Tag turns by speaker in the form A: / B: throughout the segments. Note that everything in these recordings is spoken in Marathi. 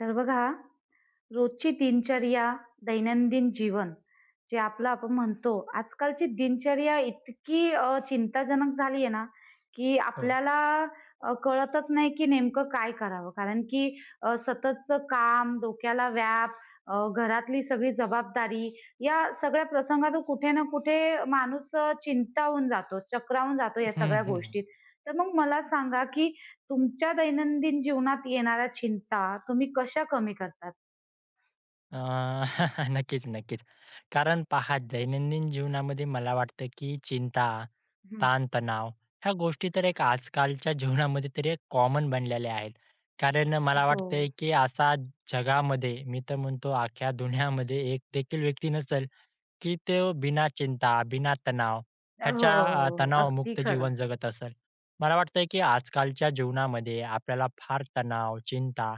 A: तर बघा रोजची दिनचर्या, दैनंदिन जीवन जे आपलं आपण म्हणतो, आजकालची दिनचर्या इतकी चिंताजनक झाली आहे ना, की
B: हो.
A: आपल्याला कळतच नाही की नेमकं काय करावं. कारण की सततचं काम, डोक्याला व्याप, घरातली सगळी जबाबदारी या सगळ्या प्रसंगातून कुठे ना कुठे माणूस चिंतावून जातो, चक्रावून जातो
B: हं,
A: या
B: हं,
A: सगळ्या
B: हं.
A: गोष्टीत. तर मग मला सांगा, की तुमच्या दैनंदिन जीवनात येणाऱ्या चिंता तुम्ही कशा कमी करतात?
B: अ, नक्कीच, नक्कीच. कारण पहा दैनंदिन जीवनामध्ये मला वाटतं, की चिंता,
A: हं.
B: ताणतणाव ह्या गोष्टी तर एक आजकालच्या जीवनामध्ये तरी एक कॉमन बनलेल्या आहेत. कारण मला
A: हो.
B: वाटतंय, की असा जगामध्ये मी तर म्हणतो अख्ख्या दुनियामध्ये एक देखील व्यक्ती नसेल, की ते बिना चिंता, बिना तणाव
A: हो,
B: ह्याच्या
A: हो, हो, अगदी
B: तणावमुक्त
A: खरं.
B: जीवन जगत असेल. मला वाटतंय की आजकालच्या जीवनामध्ये आपल्याला फार तणाव, चिंता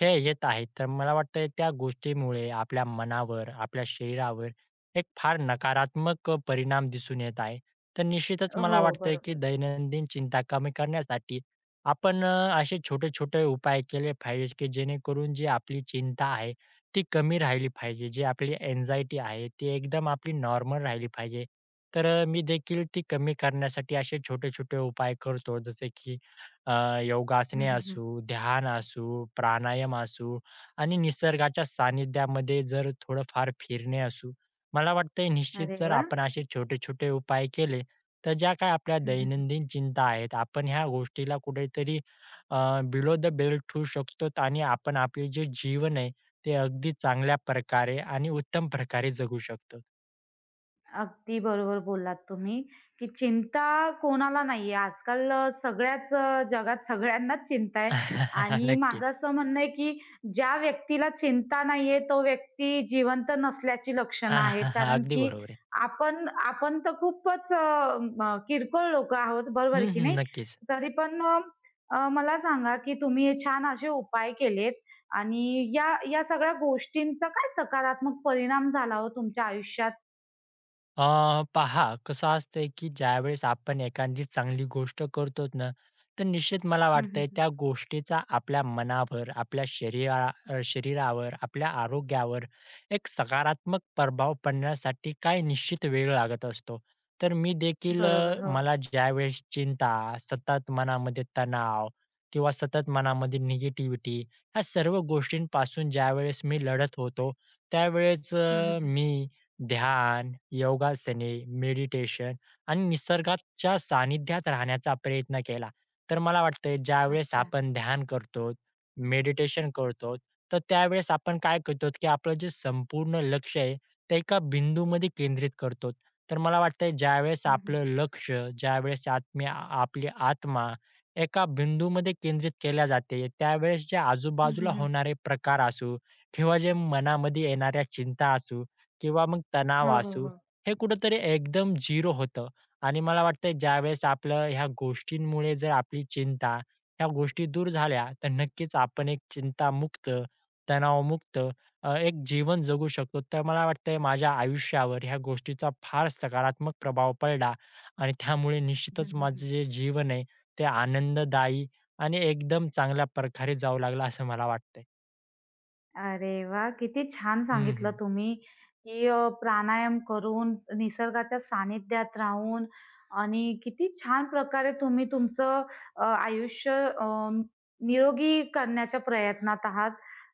B: हे येत आहेत. तर मला वाटतंय त्या गोष्टीमुळे आपल्या मनावर, आपल्या शरीरावर एक फार नकारात्मक परिणाम दिसून येत आहे. तर निश्चितच
A: हो,
B: मला वाटतंय की
A: बरोबर.
B: दैनंदिन चिंता कमी करण्यासाठी आपण असे छोटे-छोटे उपाय केले पाहिजे की जेणेकरून जी आपली चिंता आहे ती कमी राहिली पाहिजे. जी आपली अँक्साइटी आहे, ती एकदम आपली नॉर्मल राहिली पाहिजे. तर मी देखील ती कमी करण्यासाठी असे छोटे-छोटे उपाय करतो. जसे की अ,
A: हं,
B: योगासने
A: हं, हं.
B: असू, ध्यान असू, प्राणायाम असू आणि निसर्गाच्या सानिध्यामध्ये जर थोडंफार फिरणे असू. मला वाटतंय निश्चित
A: अरे
B: जर
A: वाह!
B: आपण असे छोटे-छोटे उपाय केले, तर ज्या काही आपल्या
A: हं, हं.
B: दैनंदिन चिंता आहेत, आपण ह्या गोष्टीला कुठेतरी बिलो द बेल्ट ठेवू शकतो आणि आपण आपले जे जीवन आहे ते अगदी चांगल्या प्रकारे आणि उत्तम प्रकारे जगू शकतो.
A: अगदी बरोबर बोललात तुम्ही, की चिंता कोणाला नाहीये. आजकाल सगळ्याच जगात सगळ्यांनाच चिंता आहे आणि माझं
B: नक्कीच.
A: असं म्हणणं आहे, की ज्या व्यक्तीला चिंता नाहीये, तो व्यक्ती जिवंत नसल्याची लक्षणं आहेत. कारण
B: अगदी
A: की
B: बरोबर आहे.
A: आपण आपण तर खूपच किरकोळ लोकं आहोत, बरोबर आहे
B: हं,
A: की
B: हं.
A: नाही?
B: नक्कीच.
A: तरी पण मला सांगा, की तुम्ही हे छान असे उपाय केलेत आणि या या सगळ्या गोष्टींचा काय सकारात्मक परिणाम झाला हो तुमच्या आयुष्यात?
B: अ, पहा कसं असतंय, की ज्यावेळेस आपण एखादी चांगली गोष्ट करतो ना, तर निश्चित मला
A: हं, हं,
B: वाटतंय
A: हं.
B: त्या गोष्टीचा आपल्या मनावर, आपल्या शरीरावर, आपल्या आरोग्यावर एक सकारात्मक प्रभाव पडण्यासाठी काही निश्चित वेळ लागत असतो. तर मी देखील
A: बरोबर, हो.
B: मला ज्यावेळेस चिंता, सतत मनामध्ये तणाव किंवा सतत मनामध्ये निगेटिव्हिटी ह्या सर्व गोष्टींपासून ज्यावेळेस मी लढत होतो, त्यावेळेस
A: हं, हं, हं.
B: मी ध्यान, योगासने, मेडिटेशन आणि निसर्गाच्या सानिध्यात राहण्याचा प्रयत्न केला. तर मला वाटतंय ज्यावेळेस
A: अच्छा.
B: आपण ध्यान करतो, मेडिटेशन करतो, तर त्यावेळेस आपण काय करतो, की आपलं जे संपूर्ण लक्ष आहे, ते एका बिंदूमध्ये केंद्रित करतो. तर मला वाटतंय ज्यावेळेस
A: हं, हं,
B: आपलं
A: हं.
B: लक्ष, ज्यावेळेस आत्म्या आपली आत्मा एका बिंदूमध्ये केंद्रित केल्या जाते, त्यावेळेस जे
A: हं,
B: आजूबाजूला
A: हं, हं.
B: होणारे प्रकार असू किंवा जे मनामध्ये येणाऱ्या चिंता असू किंवा मग तणाव
A: हो, हो,
B: असू,
A: हो.
B: हे कुठेतरी एकदम झिरो होतं आणि मला वाटतंय ज्यावेळेस आपलं ह्या गोष्टींमुळे जर आपली चिंता, ह्या गोष्टी दूर झाल्या, तर नक्कीच आपण एक चिंतामुक्त, तणावमुक्त एक जीवन जगू शकतो. तर मला वाटतंय माझ्या आयुष्यावर ह्या गोष्टीचा फार सकारात्मक प्रभाव पडला आणि त्यामुळे
A: हं,
B: निश्चितच
A: हं, हं.
B: माझं जे जीवन आहे, ते आनंददायी आणि एकदम चांगल्या प्रकारे जाऊ लागलं असं मला वाटतंय.
A: अरे वाह! किती छान
B: हं,
A: सांगितलं
B: हं.
A: तुम्ही, की प्राणायाम करून, निसर्गाच्या सानिध्यात राहून आणि किती छान प्रकारे तुम्ही तुमचं आयुष्य अ, निरोगी करण्याच्या प्रयत्नात आहात.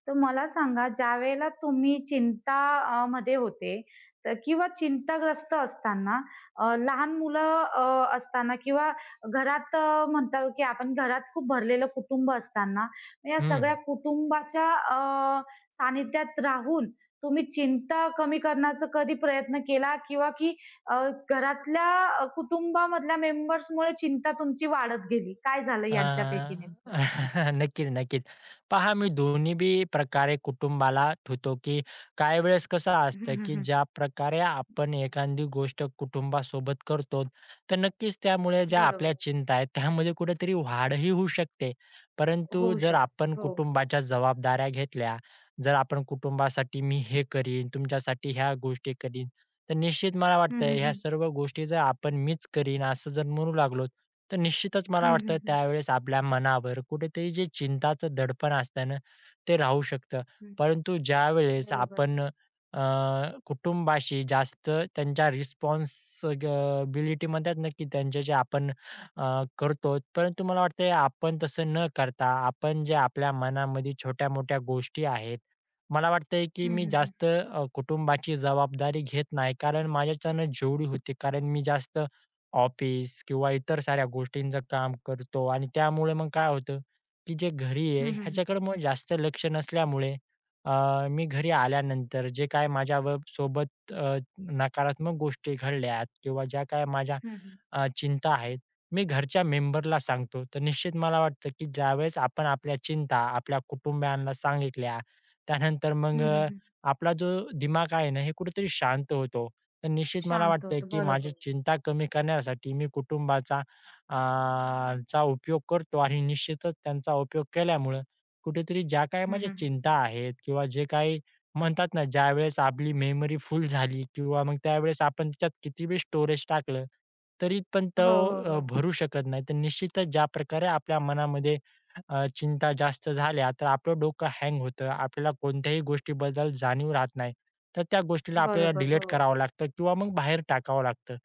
A: तर मला सांगा, ज्यावेळेला तुम्ही चिंता मध्ये होते तर किंवा चिंताग्रस्त असताना लहान मुलं असताना किंवा घरात म्हणतो की आपण घरात खूप भरलेलं कुटुंब असताना, या
B: हं,
A: सगळ्या
B: हं.
A: कुटुंबाच्या सानिध्यात राहून तुम्ही चिंता कमी करण्याचा कधी प्रयत्न केला किंवा की अ, घरातल्या कुटुंबामधल्या मेंबर्समुळे चिंता तुमची वाढत गेली? काय झालं
B: अ,
A: यांच्यापैकी नेमकं?
B: नक्कीच, नक्कीच. पहा मी दोन्ही बी प्रकारे कुटुंबाला धुतो, की काही वेळेस कसं
A: हं,
B: असतं,
A: हं,
B: की
A: हं.
B: ज्या प्रकारे आपण एखादी गोष्ट कुटुंबासोबत करतो, तर नक्कीच त्यामुळे ज्या आपल्या
A: बरोबर.
B: चिंता आहेत, त्यामध्ये कुठेतरी वाढही होऊ शकते. परंतु
A: होऊ
B: जर
A: शकते.
B: आपण
A: हो.
B: कुटुंबाच्या जबाबदाऱ्या घेतल्या, जर आपण कुटुंबासाठी मी हे करीन, तुमच्यासाठी ह्या गोष्टी करीन, तर निश्चित मला
A: हं,
B: वाटतं
A: हं,
B: ह्या
A: हं.
B: सर्व गोष्टी जर आपण मीच करीन असं जर म्हणू लागलो, तर निश्चितच मला
A: हं,
B: वाटतं
A: हं, हं.
B: त्यावेळेस आपल्या मनावर कुठेतरी जे चिंताचं दडपण असतं ना, ते राहू शकतं.
A: हं.
B: परंतु ज्यावेळेस
A: बरोबर.
B: आपण अ, कुटुंबाशी जास्त त्यांच्या रिस्पॉन्सिबिलिटी म्हणतात ना, की त्यांचे जे आपण अ, करतो. परंतु मला वाटतंय आपण तसं न करता आपण जे आपल्या मनामध्ये छोट्या-मोठ्या गोष्टी आहेत, मला वाटतंय की
A: हं,
B: मी
A: हं, हं.
B: जास्त कुटुंबाची जबाबदारी घेत नाही. कारण माझ्याच्यानं जेवढी होते कारण मी जास्त ऑफिस किंवा इतर साऱ्या गोष्टींचं काम करतो आणि त्यामुळे मग काय होतं, की जे घरी आहे
A: हं, हं, हं.
B: ह्याच्याकडे मग जास्त लक्ष नसल्यामुळे अ, मी घरी आल्यानंतर जे काय माझ्या व सोबत नकारात्मक गोष्टी घडल्यात किंवा ज्या काही माझ्या
A: हं, हं.
B: चिंता आहेत, मी घरच्या मेंबरला सांगतो. तर निश्चित मला वाटतं, की ज्यावेळेस आपण आपल्या चिंता आपल्या कुटुंबियांना सांगितल्या, त्यानंतर मग
A: हं, हं, हं.
B: आपला जो दिमाग आहे ना, हे कुठेतरी शांत होतो तर निश्चित मला
A: शांत
B: वाटतं
A: होतो.
B: की माझी
A: बरोबर.
B: चिंता कमी करण्यासाठी मी कुटुंबाचा अ, चा उपयोग करतो आणि निश्चितच त्यांचा उपयोग केल्यामुळं कुठेतरी ज्या काही
A: हं,
B: माझ्या
A: हं, हं.
B: चिंता आहेत किंवा जे काही म्हणतात ना ज्यावेळेस आपली मेमरी फुल झाली किंवा मग त्यावेळेस आपण त्याच्यात किती बी स्टोरेज टाकलं तरी पण तो
A: हो, हो, हो.
B: भरू शकत नाही. तर निश्चितच ज्या प्रकारे आपल्या मनामध्ये चिंता जास्त झाल्या तर आपलं डोकं हँग होतं. आपल्याला कोणत्याही गोष्टीबद्दल जाणीव राहत नाही. तर त्या गोष्टीला आपल्याला
A: बरोबर.
B: डिलीट
A: हो.
B: करावं लागतं किंवा मग बाहेर टाकावं लागतं.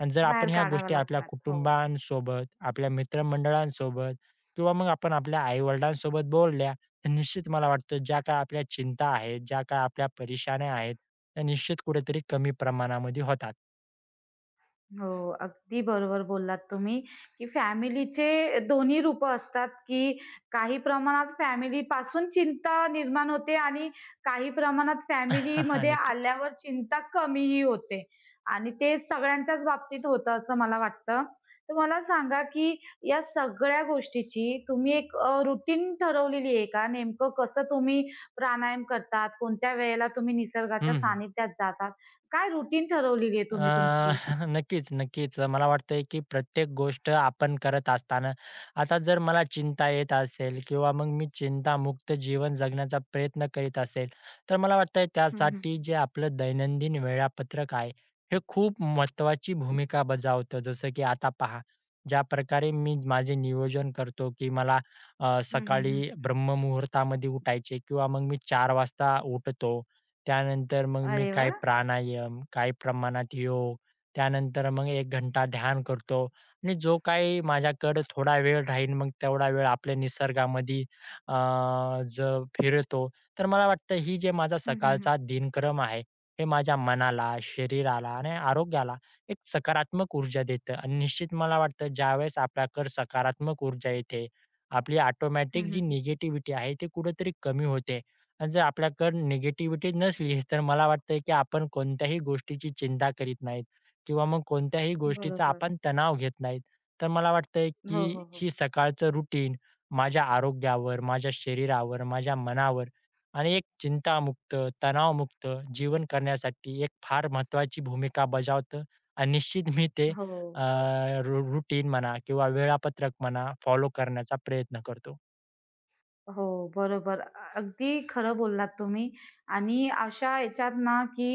B: आणि जर
A: बाहेर
B: आपण ह्या
A: काढावं
B: गोष्टी आपल्या
A: लागतात. हो.
B: कुटुंबांसोबत, आपल्या मित्रमंडळांसोबत किंवा मग आपण आपल्या आई-वडिलांसोबत बोलल्या, तर निश्चित मला वाटतं ज्या काही आपल्या चिंता आहेत, ज्या काही आपल्या परेशान्या आहेत, त्या निश्चित कुठेतरी कमी प्रमाणामध्ये होतात.
A: हो, अगदी बरोबर बोललात तुम्ही, की फॅमिलीचे दोन्ही रूपं असतात, की काही प्रमाणात फॅमिलीपासून चिंता निर्माण होते आणि काही प्रमाणात फॅमिलीमध्ये
B: नक्कीच.
A: आल्यावर चिंता कमीही होते आणि ते सगळ्यांच्याच बाबतीत होतं असं मला वाटतं. तर मला सांगा, की या सगळ्या गोष्टीची तुम्ही एक ठरवलेली आहे का? नेमकं कसं तुम्ही प्राणायाम करतात? कोणत्या वेळेला तुम्ही निसर्गाच्या
B: हं, हं.
A: सानिध्यात जातात? काय रूटीन ठरवलेली आहे
B: अ,
A: तुम्ही तुमची?
B: नक्कीच, नक्कीच. मला वाटतंय, की प्रत्येक गोष्ट आपण करत असताना, आता जर मला चिंता येत असेल किंवा मग मी चिंतामुक्त जीवन जगण्याचा प्रयत्न करीत असेल, तर मला वाटतंय त्यासाठी जे आपलं दैनंदिन वेळापत्रक आहे, हे खूप महत्त्वाची भूमिका बजावतं. जसं की आता पहा, ज्या प्रकारे मी माझे नियोजन करतो, की मला
A: हं, हं, हं.
B: सकाळी ब्रह्ममुहूर्तामध्ये उठायचे किंवा मग मी 4:00 वाजता उठतो. त्यानंतर मग मी
A: अरे
B: काही
A: वाह!
B: प्राणायाम, काही प्रमाणात योग, त्यानंतर मग 1 घंटा ध्यान करतो आणि जो काही माझ्याकडे थोडा वेळ राहील मग तेवढा वेळ आपल्या निसर्गामध्ये अ, जर फिरतो. तर मला वाटतं ही जे माझा
A: हं, हं, हं.
B: सकाळचा दिनक्रम आहे, हे माझ्या मनाला, शरीराला आणि आरोग्याला एक सकारात्मक ऊर्जा देतं आणि निश्चित मला वाटतं ज्यावेळेस आपल्याकडे सकारात्मक ऊर्जा येते, आपली
A: हं,
B: ऑटोमॅटिक जी
A: हं, हं.
B: निगेटिव्हिटी आहे ती कुठेतरी कमी होते. जर आपल्याकडे निगेटिव्हिटी नसली, तर मला वाटतंय की आपण कोणत्याही गोष्टीची चिंता करीत नाहीत किंवा मग कोणत्याही गोष्टीचा
A: बरोबर.
B: आपण तणाव घेत नाहीत. तर मला वाटतंय
A: हो,
B: की
A: हो, हो.
B: ही सकाळचं रुटीन माझ्या आरोग्यावर, माझ्या शरीरावर, माझ्या मनावर आणि एक चिंतामुक्त, तणावमुक्त जीवन करण्यासाठी एक फार महत्त्वाची भूमिका बजावतं आणि निश्चित मी ते
A: हो.
B: रुटीन म्हणा किंवा वेळापत्रक म्हणा फॉलो करण्याचा प्रयत्न करतो.
A: हो, बरोबर. अगदी खरं बोललात तुम्ही आणि अशा ह्याच्यात ना, की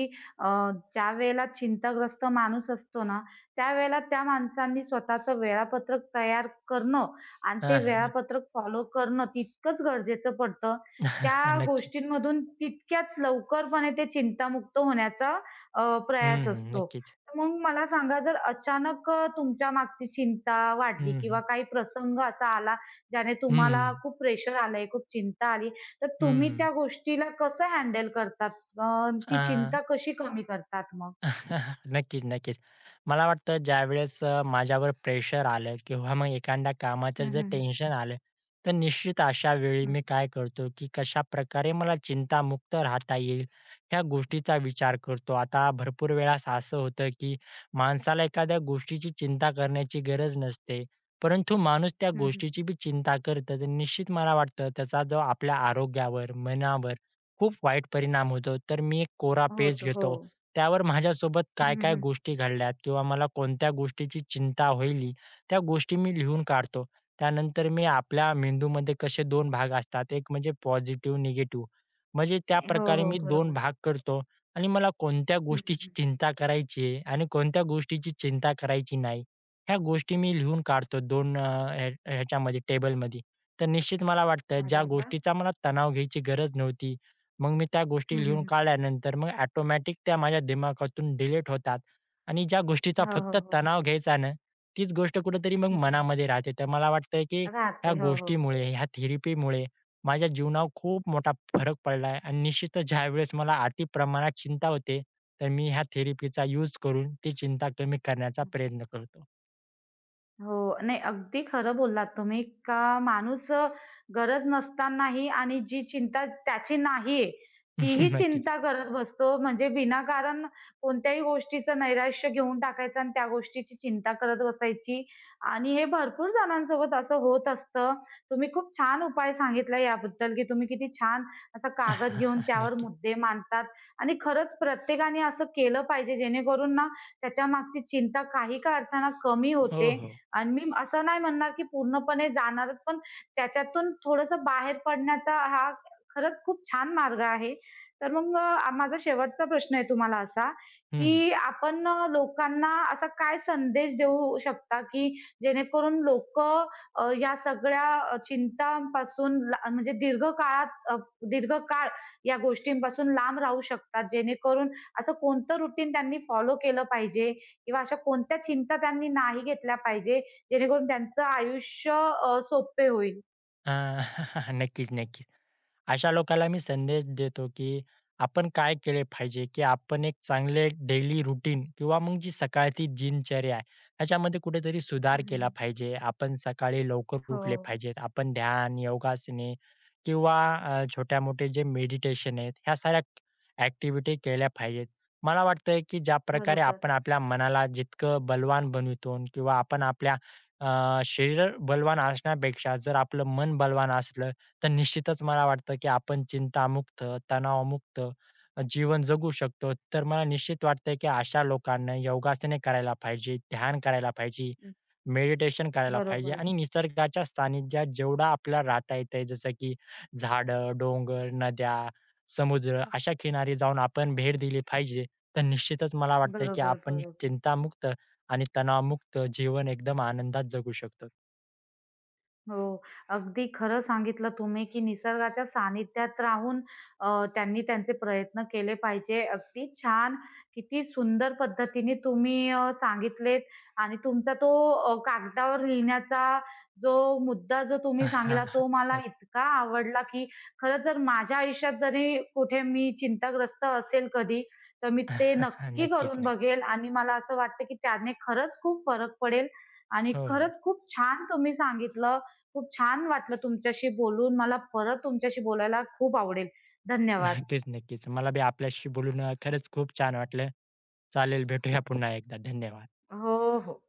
A: अ, ज्यावेळेला चिंताग्रस्त माणूस असतो ना, त्यावेळेला त्या माणसांनी स्वतःचं वेळापत्रक तयार करणं आणि
B: हां,
A: ते
B: हां. नक्की.
A: वेळापत्रक फॉलो करणं तितकंच गरजेचं पडतं. त्या गोष्टींमधून तितक्याच लवकरपणे ते चिंतामुक्त होण्याचा
B: हं,
A: प्रयास
B: हं.
A: असतो.
B: नक्कीच.
A: तर मग मला सांगा, जर अचानक तुमच्या मागची चिंता वाढली किंवा
B: Uhum.
A: काही प्रसंग असा आला ज्याने तुम्हाला
B: Uhum.
A: खूप प्रेशर आलंय, खूप चिंता आली, तर तुम्ही त्या
B: Uhum.
A: गोष्टीला कसं हँडल करतात? ती
B: Ah,
A: चिंता कशी कमी करतात मग?
B: नक्कीच, नक्कीच. मला वाटतं ज्यावेळेस माझ्यावर प्रेशर आलं किंवा मग एखाद्या कामाचं
A: हं,
B: जर
A: हं, हं.
B: टेन्शन आलं, तर निश्चित अशा वेळी
A: हं,
B: मी काय करतो, की कशा प्रकारे मला चिंतामुक्त राहता येईल, ह्या गोष्टीचा विचार करतो. आता भरपूर वेळेस असं होतं, की माणसाला एखाद्या गोष्टीची चिंता करण्याची गरज नसते, परंतु माणूस त्या
A: हं, हं.
B: गोष्टीची बी चिंता करतं. तर निश्चित मला वाटतं त्याचा जो आपल्या आरोग्यावर, मनावर खूप वाईट परिणाम होतो. तर मी एक कोरा पेज
A: होतं. हो.
B: घेतो त्यावर माझ्यासोबत
A: हं, हं,
B: काय-काय
A: हं.
B: गोष्टी घडल्यात किंवा मला कोणत्या गोष्टीची चिंता होईल, त्या गोष्टी मी लिहून काढतो. त्यानंतर मी आपल्या मेंदूमध्ये कसे 2 भाग असतात, एक म्हणजे पॉझिटिव्ह, निगेटिव्ह. म्हणजे
A: हो,
B: त्याप्रकारे
A: हो.
B: मी 2
A: बरोबर.
B: भाग करतो आणि मला कोणत्या
A: हं, हं,
B: गोष्टीची
A: हं.
B: चिंता करायची आहे आणि कोणत्या गोष्टीची चिंता करायची नाही, ह्या गोष्टी मी लिहून काढतो 2 ह्याच्यामध्ये टेबलमध्ये. तर निश्चित मला वाटतं ज्या
A: अरे वाह!
B: गोष्टीचा मला तणाव घ्यायची गरज नव्हती, मग मी त्या
A: हं,
B: गोष्टी
A: हं,
B: लिहून
A: हं.
B: काढल्यानंतर मग ऑटोमॅटिक त्या माझ्या दिमागातून डिलीट होतात आणि ज्या गोष्टीचा
A: हो, हो,
B: फक्त
A: हो.
B: तणाव घ्यायचा ना, तीच गोष्ट कुठेतरी मग
A: हं, हं, हं.
B: मनामध्ये राहते. तर मला वाटतंय की ह्या
A: राहते. हो, हो.
B: गोष्टीमुळे, ह्या थेरपीमुळे माझ्या जीवनावर खूप मोठा फरक पडला आहे आणि निश्चितच ज्यावेळेस मला अति प्रमाणात चिंता होते, तर मी ह्या थेरपीचा यूज करून ती चिंता कमी करण्याचा प्रयत्न करतो.
A: हो. नाही, अगदी खरं बोललात तुम्ही का माणूस गरज नसतानाही आणि जी चिंता त्याची नाहीये, तीही
B: नक्कीच.
A: चिंता करत बसतो. म्हणजे विनाकारण कोणत्याही गोष्टीचं नैराश्य घेऊन टाकायचं आणि त्या गोष्टीची चिंता करत बसायची. आणि हे भरपूर जणांसोबत असं होत असतं. तुम्ही खूप छान उपाय सांगितला याबद्दल, की तुम्ही किती छान असा कागद घेऊन त्यावर
B: नक्कीच.
A: मुद्दे मांडतात आणि खरंच प्रत्येकाने असं केलं पाहिजे जेणेकरून ना त्याच्यामागची चिंता काही का अर्थानं कमी
B: हो,
A: होते
B: हो.
A: आणि मी असं नाही म्हणणार की पूर्णपणे जाणारच पण त्याच्यातून थोडंसं बाहेर पडण्याचा हा खरंच खूप छान मार्ग आहे. तर मग माझा शेवटचा प्रश्न आहे तुम्हाला असा,
B: हं, हं.
A: की आपण लोकांना असा काय संदेश देऊ शकता, की जेणेकरून लोकं या सगळ्या चिंतांपासून ला म्हणजे दीर्घकाळात दीर्घकाळ या गोष्टींपासून लांब राहू शकतात. जेणेकरून असं कोणतं रुटीन त्यांनी फॉलो केलं पाहिजे किंवा अशा कोणत्या चिंता त्यांनी नाही घेतल्या पाहिजे जेणेकरून त्यांचं आयुष्य सोपे होईल.
B: नक्कीच, नक्कीच. अशा लोकांना मी संदेश देतो, की आपण काय केले पाहिजे, की आपण एक चांगले डेली रूटीन किंवा मग जी सकाळची दिनचर्या आहे, ह्याच्यामध्ये कुठेतरी
A: हं,
B: सुधार
A: हं,
B: केला
A: हं.
B: पाहिजे. आपण सकाळी लवकर
A: हो.
B: उठले पाहिजेत. आपण ध्यान, योगासने किंवा छोट्या-मोठे जे मेडिटेशन आहेत, ह्या साऱ्या ॲक्टिव्हिटी केल्या पाहिजेत. मला वाटतंय, की ज्याप्रकारे
A: बरोबर.
B: आपण आपल्या मनाला जितकं बलवान बनवितो किंवा आपण आपल्या शरीर बलवान असण्यापेक्षा जर आपलं मन बलवान असलं, तर निश्चितच मला वाटतं, की आपण चिंतामुक्त, तणावमुक्त जीवन जगू शकतो. तर मला निश्चित वाटतंय, की अशा लोकांना योगासने करायला पाहिजे, ध्यान करायला पाहिजे,
A: हं.
B: मेडिटेशन करायला पाहिजे
A: बरोबर,
B: आणि निसर्गाच्या सानिध्यात जेवढा आपल्याला राहता येतंय, जसं की झाडं, डोंगर, नद्या, समुद्र अशा किनारी जाऊन आपण भेट दिली पाहिजे. तर निश्चितच मला वाटतंय, की
A: बरोबर,
B: आपण
A: बरोबर.
B: चिंतामुक्त आणि तणावमुक्त जीवन एकदम आनंदात जगू शकतो.
A: हो. अगदी खरं सांगितलं तुम्ही, की निसर्गाच्या सानिध्यात राहून त्यांनी त्यांचे प्रयत्न केले पाहिजे. अगदी छान, किती सुंदर पद्धतीने तुम्ही सांगितलेत आणि तुमचा तो कागदावर लिहिण्याचा मुद्दा जो तुम्ही सांगितला तो मला
B: नक्क
A: इतका आवडला, की खरंच जर माझ्या आयुष्यात जरी कुठे मी चिंताग्रस्त असेल कधी, तर मी ते नक्की
B: नक्कीच,
A: करून
B: नक्की.
A: बघेल आणि मला असं वाटतं, की त्याने खरंच खूप फरक पडेल आणि
B: हो, हो.
A: खरंच खूप छान तुम्ही सांगितलं. खूप छान वाटलं तुमच्याशी बोलून. मला परत तुमच्याशी बोलायला खूप आवडेल. धन्यवाद.
B: नक्कीच, नक्कीच. मला बी आपल्याशी बोलून खरंच खूप छान वाटलं. चालेल, भेटूया पुन्हा एकदा. धन्यवाद.
A: हो, हो.